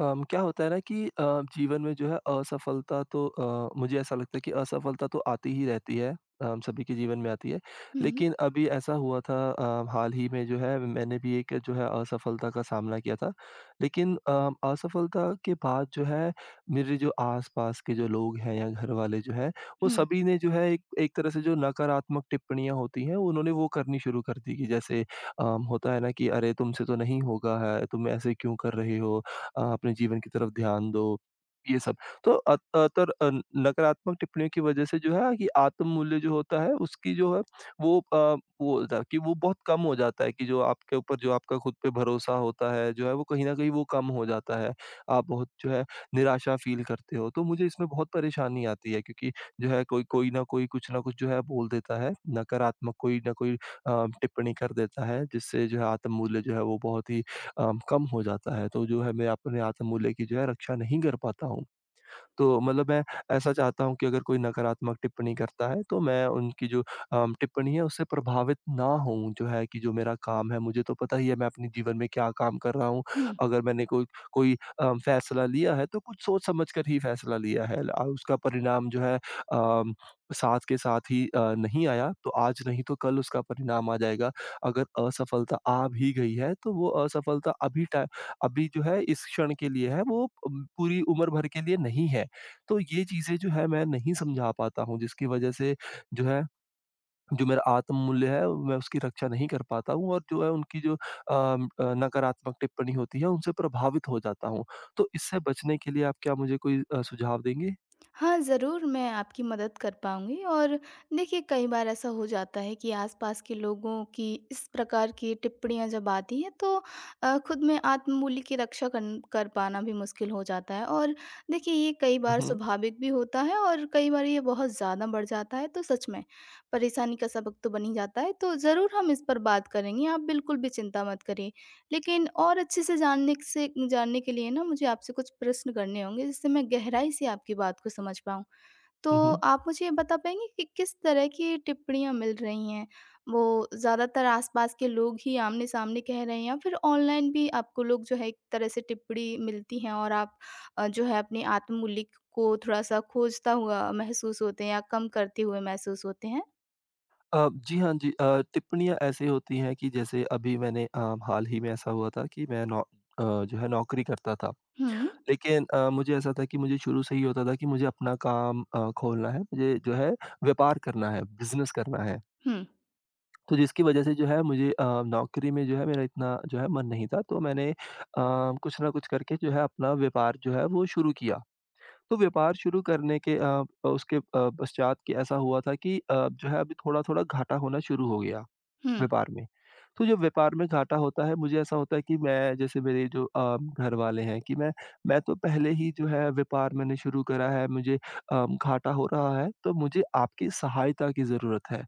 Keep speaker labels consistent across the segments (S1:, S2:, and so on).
S1: क्या होता है ना कि जीवन में जो है असफलता तो मुझे ऐसा लगता है कि असफलता तो आती ही रहती है। हम सभी के जीवन में आती है।
S2: हुँ,
S1: लेकिन अभी ऐसा हुआ था हाल ही में जो है मैंने भी एक जो है असफलता का सामना किया था। लेकिन असफलता के बाद जो है मेरे जो आस-पास के जो लोग हैं या घर वाले जो हैं, वो
S2: हुँ,
S1: सभी ने जो है एक एक तरह से जो नकारात्मक टिप्पणियाँ होती हैं उन्होंने वो करनी शुरू कर दी कि जैसे होता है ना कि अरे तुमसे तो नहीं होगा है, तुम ऐसे क्यों कर रहे हो? अपने जीवन की तरफ ध्यान दो, ये सब। तो नकारात्मक टिप्पणियों की वजह से जो है कि आत्ममूल्य जो होता है उसकी जो है वो अ, वो होता है कि वो बहुत कम हो जाता है कि जो आपके ऊपर जो आपका खुद पे भरोसा होता है जो है वो कहीं न कहीं वो कम हो जाता है। आप बहुत जो है निराशा फ़ील करते हो, तो मुझे इसमें बहुत परेशानी आती है क्योंकि जो है कोई कोई न कोई कुछ न कुछ जो है बोल देता है, नकारात्मक कोई न कोई टिप्पणी कर देता है जिससे जो है आत्ममूल्य जो है वो बहुत ही कम हो जाता है। तो जो है मैं अपने आत्ममूल्य की जो है रक्षा नहीं कर पाता हूँ। तो मतलब मैं ऐसा चाहता हूँ कि अगर कोई नकारात्मक टिप्पणी करता है तो मैं उनकी जो टिप्पणी है उससे प्रभावित ना होऊँ। जो है कि जो मेरा काम है मुझे तो पता ही है मैं अपने जीवन में क्या काम कर रहा हूँ।
S2: हुँ।
S1: अगर मैंने कोई कोई फैसला लिया है तो कुछ सोच समझ कर ही फैसला लिया है उसका परिणाम जो है अम, साथ के साथ ही नहीं आया तो आज नहीं तो कल उसका परिणाम आ जाएगा। अगर असफलता आ भी गई है तो वो असफलता अभी जो है इस क्षण के लिए है वो पूरी उम्र भर के लिए नहीं है। तो ये चीज़ें जो है मैं नहीं समझा पाता हूँ जिसकी वज़ह से जो है, जो मेरा आत्ममूल्य है मैं उसकी रक्षा नहीं कर पाता हूँ और जो है उनकी जो नकारात्मक टिप्पणी होती है उनसे प्रभावित हो जाता हूँ। तो इससे बचने के लिए आप क्या मुझे कोई सुझाव देंगे?
S2: हाँ, ज़रूर मैं आपकी मदद कर पाऊँगी। और देखिए, कई बार ऐसा हो जाता है कि आस-पास के लोगों की इस प्रकार की टिप्पणियाँ जब आती हैं, तो खुद में आत्ममूल्य की रक्षा करन कर पाना भी मुश्किल हो जाता है। और देखिए, ये कई
S1: हुँ,
S2: बार
S1: हुँ,
S2: स्वाभाविक भी होता है और कई बार ये बहुत ज़्यादा बढ़ जाता है, तो सच में परेशानी का सबक तो बन ही जाता है। तो ज़रूर हम इस पर बात करेंगे, आप बिल्कुल भी चिंता मत करिए। लेकिन और अच्छे से जानने क से जानने के लिए ना, मुझे आपसे कुछ प्रश्न करने होंगे, जिससे मैं गहराई से आपकी बात को समझ पाऊँ।
S1: हुँ,
S2: तो
S1: हुँ।
S2: आप मुझे ये बता पाएँगे कि किस तरह की टिप्पणियाँ मिल रही हैं? वो ज़्यादातर आस-पास के लोग ही आमने-सामने कह रहे हैं, या फिर ऑनलाइन भी आपको लोग जो है एक तरह से टिप्पणी मिलती हैं, और आप जो है अपने आत्ममूल्य को थोड़ा-सा खोजता हुआ महसूस होते हैं या कम करते हुए महसूस होते हैं?
S1: जी हाँ, जी टिप्पणियाँ ऐसे होती हैं कि जैसे अभी मैंने हाल ही में ऐसा हुआ था कि मैं जो है नौकरी करता था।
S2: हुँ।
S1: लेकिन मुझे ऐसा था कि मुझे शुरू से ही होता था कि मुझे अपना काम खोलना है, मुझे जो है व्यापार करना है, बिज़नेस करना है।
S2: हुँ।
S1: तो जिसकी वजह से जो है मुझे नौकरी में जो है मेरा इतना जो है मन नहीं था, तो मैंने कुछ ना कुछ करके जो है अपना व्यापार जो है वो शुरू किया। तो व्यापार शुरू करने के उसके पश्चात कि ऐसा हुआ था कि जो है अभी थोड़ा-थोड़ा घाटा होना शुरू हो गया।
S2: हुँ।
S1: व्यापार में। तो जब व्यापार में घाटा होता है, मुझे ऐसा होता है कि मैं जैसे मेरे जो घर वाले हैं कि मैं तो पहले ही जो है व्यापार मैंने शुरू करा है, मुझे घाटा हो रहा है, तो मुझे आपकी सहायता की ज़रूरत है।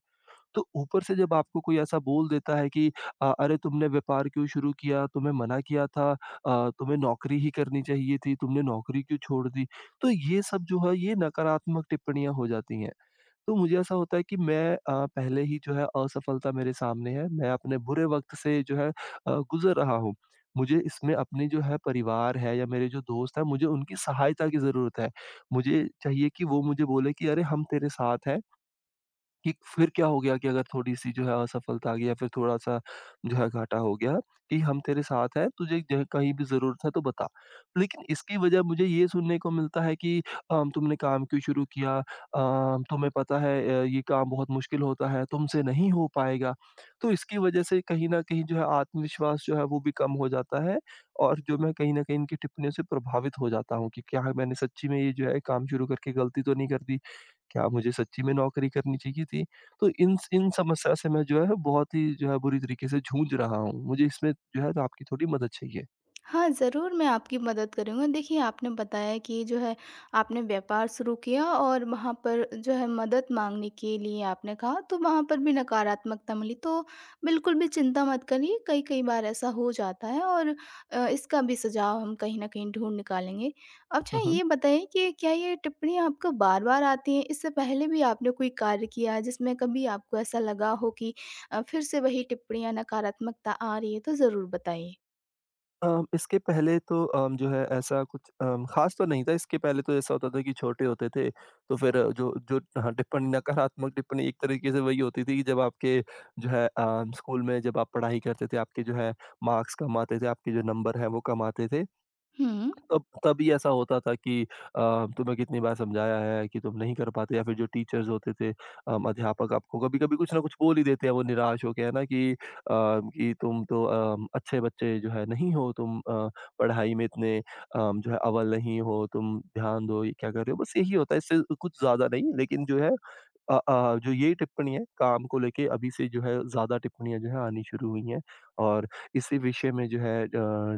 S1: तो ऊपर से जब आपको कोई ऐसा बोल देता है कि "अरे! तुमने व्यापार क्यों शुरू किया? तुम्हें मना किया था तुम्हें नौकरी ही करनी चाहिए थी, तुमने नौकरी क्यों छोड़ दी?" तो ये सब जो है, ये नकारात्मक टिप्पणियाँ हो जाती हैं। तो मुझे ऐसा होता है कि मैं पहले ही जो है असफलता मेरे सामने है, मैं अपने बुरे वक़्त से जो है गुज़र रहा हूँ। मुझे इसमें अपनी जो है परिवार है या मेरे जो दोस्त हैं मुझे उनकी सहायता की ज़रूरत है। मुझे चाहिए कि वो मुझे बोले कि अरे! हम तेरे साथ हैं। कि फिर क्या हो गया कि अगर थोड़ी-सी जो है असफलता आ गई या फिर थोड़ा-सा जो है घाटा हो गया कि हम तेरे साथ हैं, तुझे ज कहीं भी ज़रूरत है तो बता। लेकिन इसकी वजह मुझे ये सुनने को मिलता है कि तुमने काम क्यों शुरू किया? तुम्हें पता है ये काम बहुत मुश्किल होता है, तुमसे नहीं हो पाएगा। तो इसकी वजह से कहीं न कहीं जो है आत्मविश्वास जो है वो भी कम हो जाता है और जो मैं कहीं न कहीं इनकी टिप्पणियों से प्रभावित हो जाता हूँ कि क्या मैंने सच्ची में ये जो है काम शुरू करके गलती तो नहीं कर दी? क्या मुझे सच्ची में नौकरी करनी चाहिए थी? तो इन समस्या से मैं जो है बहुत ही जो है बुरी तरीके से जूझ रहा हूँ। मुझे इसमें जो है तो आपकी थोड़ी मदद चाहिए।
S2: हाँ, ज़रूर मैं आपकी मदद करूँगा। देखिए, आपने बताया कि जो है आपने व्यापार शुरू किया, और वहाँ पर जो है मदद माँगने के लिए आपने कहा, तो वहाँ पर भी नकारात्मकता मिली। तो बिल्कुल भी चिंता मत करिए, कई-कई बार ऐसा हो जाता है। और इसका भी सुझाव हम कहीं न कहीं ढूँढ निकालेंगे। अच्छा,
S1: हुँ, हुँ।
S2: ये बताइए कि क्या ये टिप्पणियाँ आपको बार-बार आती हैं? इससे पहले भी आपने कोई कार्य किया है जिसमें कभी आपको ऐसा लगा हो कि फिर से वही टिप्पणियाँ, नकारात्मकता आ रही है? तो ज़रूर बताइए।
S1: इसके पहले तो जो है ऐसा कुछ ख़ास तो नहीं था। इसके पहले तो ऐसा होता था कि छोटे होते थे तो फिर जो जो हाँ, टिप्पणी नकारात्मक टिप्पणी एक तरीके से वही होती थी कि जब आपके जो है स्कूल में जब आप पढ़ाई करते थे, आपके जो है मार्क्स कम आते थे, आपके जो नंबर हैं वो कम आते थे।
S2: हुँ।
S1: तब तभी ऐसा होता था कि तुम्हें कितनी बार समझाया है कि तुम नहीं कर पाते या फिर जो टीचर्स होते थे अध्यापक आपको कभी-कभी कुछ ना कुछ बोल ही देते हैं वो निराश होके, है ना? कि कि तुम तो अच्छे बच्चे जो है नहीं हो, तुम पढ़ाई में इतने जो है अव्वल नहीं हो, तुम ध्यान दो, ये क्या कर रहे हो? बस यही होता है, इससे कुछ ज़्यादा नहीं लेकिन जो है जो ये टिप्पणी है काम को लेके अभी से जो है ज़्यादा टिप्पणियाँ जो है आनी शुरू हुई हैं और इसी विषय में जो है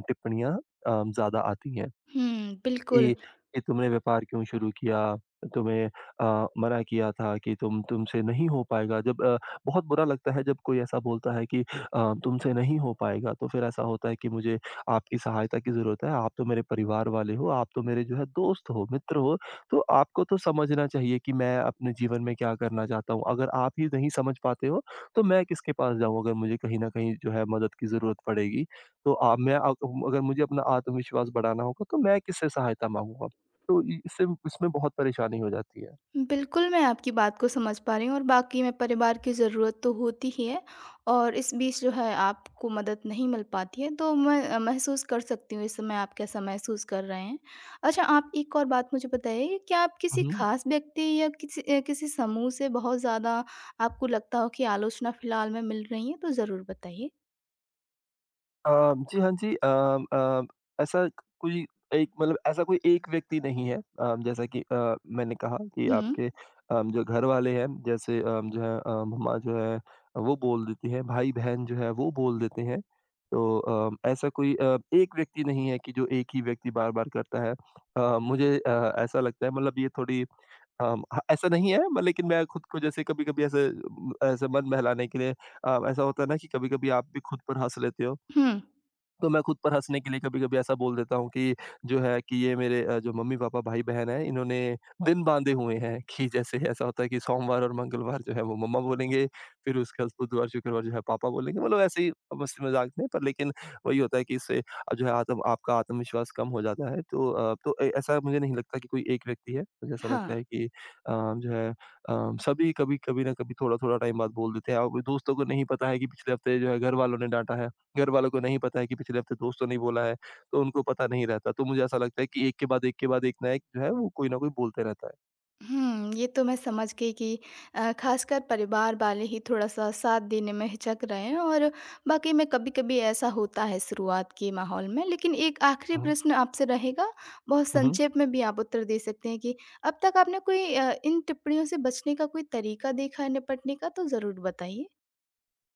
S1: टिप्पणियाँ ज़्यादा आती हैं।
S2: हुँ, बिल्कुल।
S1: कि कि तुमने व्यापार क्यों शुरू किया? तुम्हें मना किया था कि तुमसे नहीं हो पाएगा। जब बहुत बुरा लगता है जब कोई ऐसा बोलता है कि तुमसे नहीं हो पाएगा, तो फिर ऐसा होता है कि मुझे आपकी सहायता की ज़रूरत है। आप तो मेरे परिवार वाले हो, आप तो मेरे जो है दोस्त हो, मित्र हो, तो आपको तो समझना चाहिए कि मैं अपने जीवन में क्या करना चाहता हूँ। अगर आप ही नहीं समझ पाते हो, तो मैं किसके पास जाऊँ अगर मुझे कहीं न कहीं जो है मदद की ज़रूरत पड़ेगी। तो मैं अगर मुझे अपना आत्मविश्वास बढ़ाना होगा तो मैं किससे सहायता माँगूँगा? तो इ इससे इसमें बहुत परेशानी हो जाती है।
S2: बिल्कुल, मैं आपकी बात को समझ पा रही हूँ, और वाक़ई में परिवार की ज़रूरत तो होती ही है। और इस बीच जो है आपको मदद नहीं मिल पाती है, तो मैं महसूस कर सकती हूँ इस समय आप कैसा महसूस कर रहे हैं। अच्छा, आप एक और बात मुझे बताइए, कि क्या आप किसी
S1: हुँ।
S2: ख़ास व्यक्ति या किसी समूह से बहुत ज़्यादा आपको लगता हो कि आलोचना फ़िलहाल में मिल रही है? तो ज़रूर बताइए।
S1: जी, हाँ जी। अ, ऐसा कोई एक मतलब ऐसा कोई एक व्यक्ति नहीं है जैसा कि मैंने कहा कि
S2: हुँ,
S1: आपके जो घरवाले हैं जैसे जो है मम्मा जो है वो बोल देती हैं, भाई-बहन जो है वो बोल देते हैं। तो ऐसा कोई एक व्यक्ति नहीं है कि जो एक ही व्यक्ति बार-बार करता है। मुझे ऐसा लगता है मतलब ये थोड़ी हाँ, ऐसा नहीं है म लेकिन मैं खुद को जैसे कभी-कभी ऐसे मन बहलाने के लिए ऐसा होता है ना कि कभी-कभी आप भी खुद पर हँस लेते हो।
S2: हुँ।
S1: तो मैं खुद पर हँसने के लिए कभी-कभी ऐसा बोल देता हूँ कि जो है कि ये मेरे जो मम्मी-पापा, भाई-बहन हैं इन्होंने दिन बाँधे हुए हैं कि जैसे ऐसा होता है कि सोमवार और मंगलवार जो है वो मम्मा बोलेंगे, फिर उसके बाद बुधवार, शुक्रवार जो है पापा बोलेंगे। मतलब ऐसे ही मस्ती-मज़ाक में पर लेकिन वही होता है कि इससे जो है आत्म आपका आत्मविश्वास कम हो जाता है। तो अ, तो ए ऐसा मुझे नहीं लगता कि कोई एक व्यक्ति है। मुझे ऐसा
S2: हाँ।
S1: लगता है कि जो है सभी कभी कभी न कभी थोड़ा-थोड़ा टाइम बाद बोल देते हैं और दोस्तों को नहीं पता है कि पिछले हफ्ते जो है घर वालों ने डाँटा है। घर वालों को नहीं पता है कि पिछले हफ्ते दोस्तों ने बोला है, तो उनको पता नहीं रहता। तो मुझे ऐसा लगता है कि एक के बाद एक के बाद एक ना एक जो है वो कोई ना कोई बोलते रहता है।
S2: हुँ, ये तो मैं समझ गई कि ख़ासकर परिवार वाले ही थोड़ा-सा साथ देने में हिचक रहे हैं, और वाक़ई में कभी-कभी ऐसा होता है शुरुआत के माहौल में। लेकिन एक आख़िरी
S1: हुँ,
S2: प्रश्न आपसे रहेगा, बहुत
S1: हुँ।
S2: संक्षेप में भी आप उत्तर दे सकते हैं कि अब तक आपने कोई इन टिप्पणियों से बचने का कोई तरीका देखा है, निपटने का? तो ज़रूर बताइए।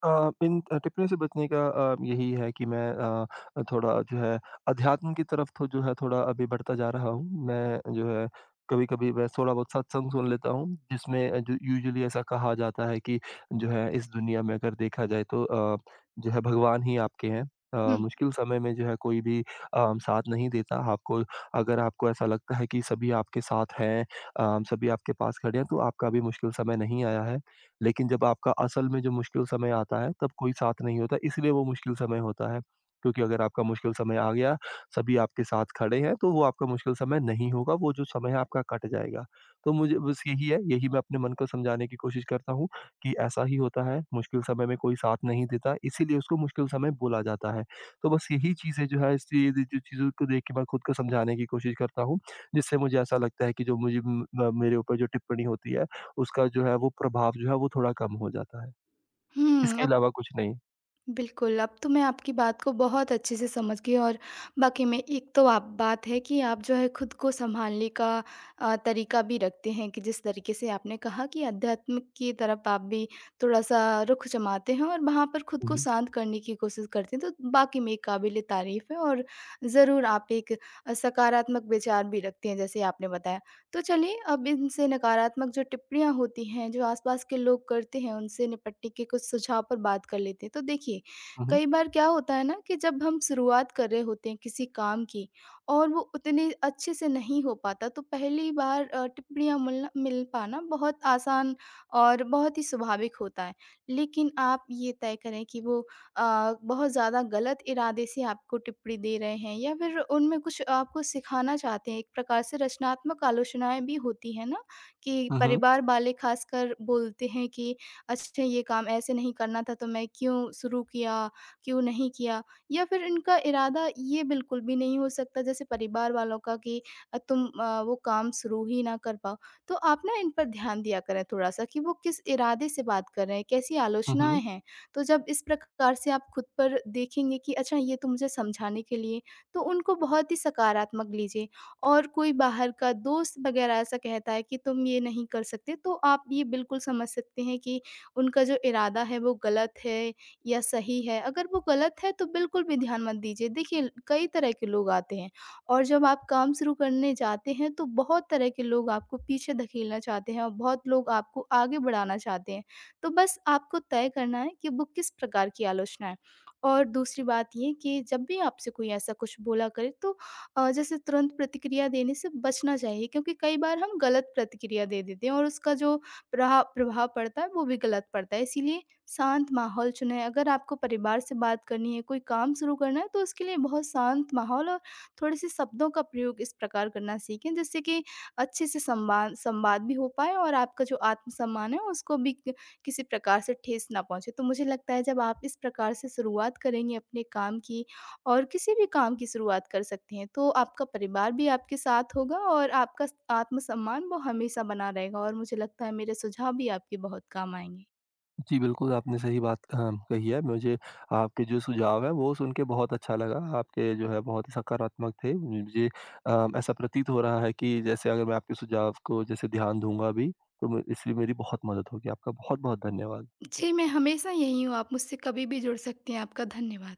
S1: टिप्पणी से बचने का यही है कि मैं थोड़ा जो है अध्यात्म की तरफ तो जो है थोड़ा अभी बढ़ता जा रहा हूँ। मैं जो है कभी-कभी मैं थोड़ा बहुत सत्संग सुन लेता हूँ, जिसमें जो यूजुअली ऐसा कहा जाता है कि जो है इस दुनिया में अगर देखा जाए तो जो है भगवान ही आपके हैं।
S2: हुँ।
S1: मुश्किल समय में जो है कोई भी साथ नहीं देता। आपको अगर आपको ऐसा लगता है कि सभी आपके साथ हैं सभी आपके पास खड़े हैं, तो आपका भी मुश्किल समय नहीं आया है। लेकिन जब आपका असल में जो मुश्किल समय आता है, तब कोई साथ नहीं होता, इसलिए वो मुश्किल समय होता है। क्योंकि अगर आपका मुश्किल समय आ गया, सभी आपके साथ खड़े हैं, तो वो आपका मुश्किल समय नहीं होगा, वो जो समय है आपका कट जाएगा। तो मुझे बस यही है, यही मैं अपने मन को समझाने की कोशिश करता हूँ कि ऐसा ही होता है, मुश्किल समय में कोई साथ नहीं देता, इसीलिए उसको मुश्किल समय बोला जाता है। तो बस यही चीज़ें जो है, इसलिए द जो चीज़ों को देख के मैं खुद को समझाने की कोशिश करता हूँ, जिससे मुझे ऐसा लगता है कि जो मुझे म म मेरे ऊपर जो टिप्पणी होती है उसका जो है वो प्रभाव जो है वो थोड़ा कम हो जाता है।
S2: हुँ,
S1: इसके
S2: अब।
S1: अलावा कुछ नहीं।
S2: बिल्कुल, अब तो मैं आपकी बात को बहुत अच्छे से समझ गई। और वाक़ई में एक तो आप बात है कि आप जो है खुद को सँभालने का तरीका भी रखते हैं, कि जिस तरीके से आपने कहा कि अध्यात्म की तरफ आप भी थोड़ा-सा रुख जमाते हैं और वहाँ पर खुद
S1: हुँ,
S2: को
S1: हुँ।
S2: शांत करने की कोशिश करते हैं, तो वाक़ई में काबिल-ए-तारीफ़ है। और ज़रूर आप एक सकारात्मक विचार भी रखते हैं, जैसे आपने बताया। तो चलिए, अब इनसे नकारात्मक जो टिप्पणियाँ होती हैं, जो आस-पास के लोग करते हैं, उनसे निपटने के कुछ सुझाव पर बात कर लेते हैं। तो देखिए,
S1: हुँ, हुँ।
S2: कई बार क्या होता है ना कि जब हम शुरुआत कर रहे होते हैं किसी काम की, और वो उतने अच्छे से नहीं हो पाता, तो पहली बार टिप्पणियाँ मिल पाना बहुत आसान और बहुत ही स्वाभाविक होता है। लेकिन आप ये तय करें कि वो बहुत ज़्यादा गलत इरादे से आपको टिप्पणी दे रहे हैं, या फिर उनमें कुछ आपको सिखाना चाहते हैं। एक प्रकार से रचनात्मक आलोचनाएँ भी होती हैं ना, कि
S1: हुँ,
S2: परिवार वाले ख़ासकर बोलते हैं कि अच्छा, ये काम ऐसे नहीं करना था, तो मैं क्यों शुरू किया, क्यों नहीं किया? या फिर इनका इरादा ये बिल्कुल भी नहीं हो सकता, जैसे परिवार वालों का, कि वो काम शुरू ही ना कर पाओ। तो आप ना इन पर ध्यान दिया करें थोड़ा-सा कि वो किस इरादे से बात कर रहे हैं, कैसी
S1: हुँ,
S2: आलोचनाएँ
S1: हुँ।
S2: हैं? तो जब इस प्रकार से आप खुद पर देखेंगे कि अच्छा, ये तो मुझे समझाने के लिए, तो उनको बहुत ही सकारात्मक लीजिए। और कोई बाहर का दोस्त वगैरह ऐसा कहता है कि तुम ये नहीं कर सकते, तो आप ये बिल्कुल समझ सकते हैं कि उनका जो इरादा है वो गलत है या सही है। अगर वो गलत है, तो बिल्कुल भी ध्यान मत दीजिए। देखिए, कई तरह के लोग आते हैं, और जब आप काम शुरू करने जाते हैं, तो बहुत तरह के लोग आपको पीछे धकेलना चाहते हैं और बहुत लोग आपको आगे बढ़ाना चाहते हैं। तो बस आपको तय करना है कि वो किस प्रकार की आलोचना है। और दूसरी बात ये, कि जब भी आपसे कोई ऐसा कुछ बोला करे, तो जैसे तुरंत प्रतिक्रिया देने से बचना चाहिए, क्योंकि कई बार हम गलत प्रतिक्रिया दे देते हैं, और उसका जो प्रहा प्रभाव पड़ता है वो भी गलत पड़ता है। इसीलिए शांत माहौल चुनें। अगर आपको परिवार से बात करनी है, कोई काम शुरू करना है, तो उसके लिए बहुत शांत माहौल और थोड़े-से शब्दों का प्रयोग इस प्रकार करना सीखें, जिससे कि अच्छे से संवाद संवाद भी हो पाए, और आपका जो आत्मसम्मान है उसको भी किसी प्रकार से ठेस ना पहुँचे। तो मुझे लगता है जब आप इस प्रकार से शुरुआत करेंगे अपने काम की, और किसी भी काम की शुरुआत कर सकती हैं, तो आपका परिवार भी आपके साथ होगा, और आपका स आत्मसम्मान वो हमेशा बना रहेगा, और मुझे लगता है मेरे सुझाव भी आपके बहुत काम आएँगे।
S1: जी, बिल्कुल आपने सही बात कही है। मुझे आपके जो सुझाव हैं वो सुन के बहुत अच्छा लगा। आपके जो है बहुत ही सकारात्मक थे। मुझे ऐसा प्रतीत हो रहा है कि जैसे अगर मैं आपके सुझाव को जैसे ध्यान दूँगा अभी तो म इसलिए मेरी बहुत मदद होगी। आपका बहुत-बहुत धन्यवाद।
S2: जी, मैं हमेशा यहीं हूँ, आप मुझसे कभी भी जुड़ सकती हैं। आपका धन्यवाद।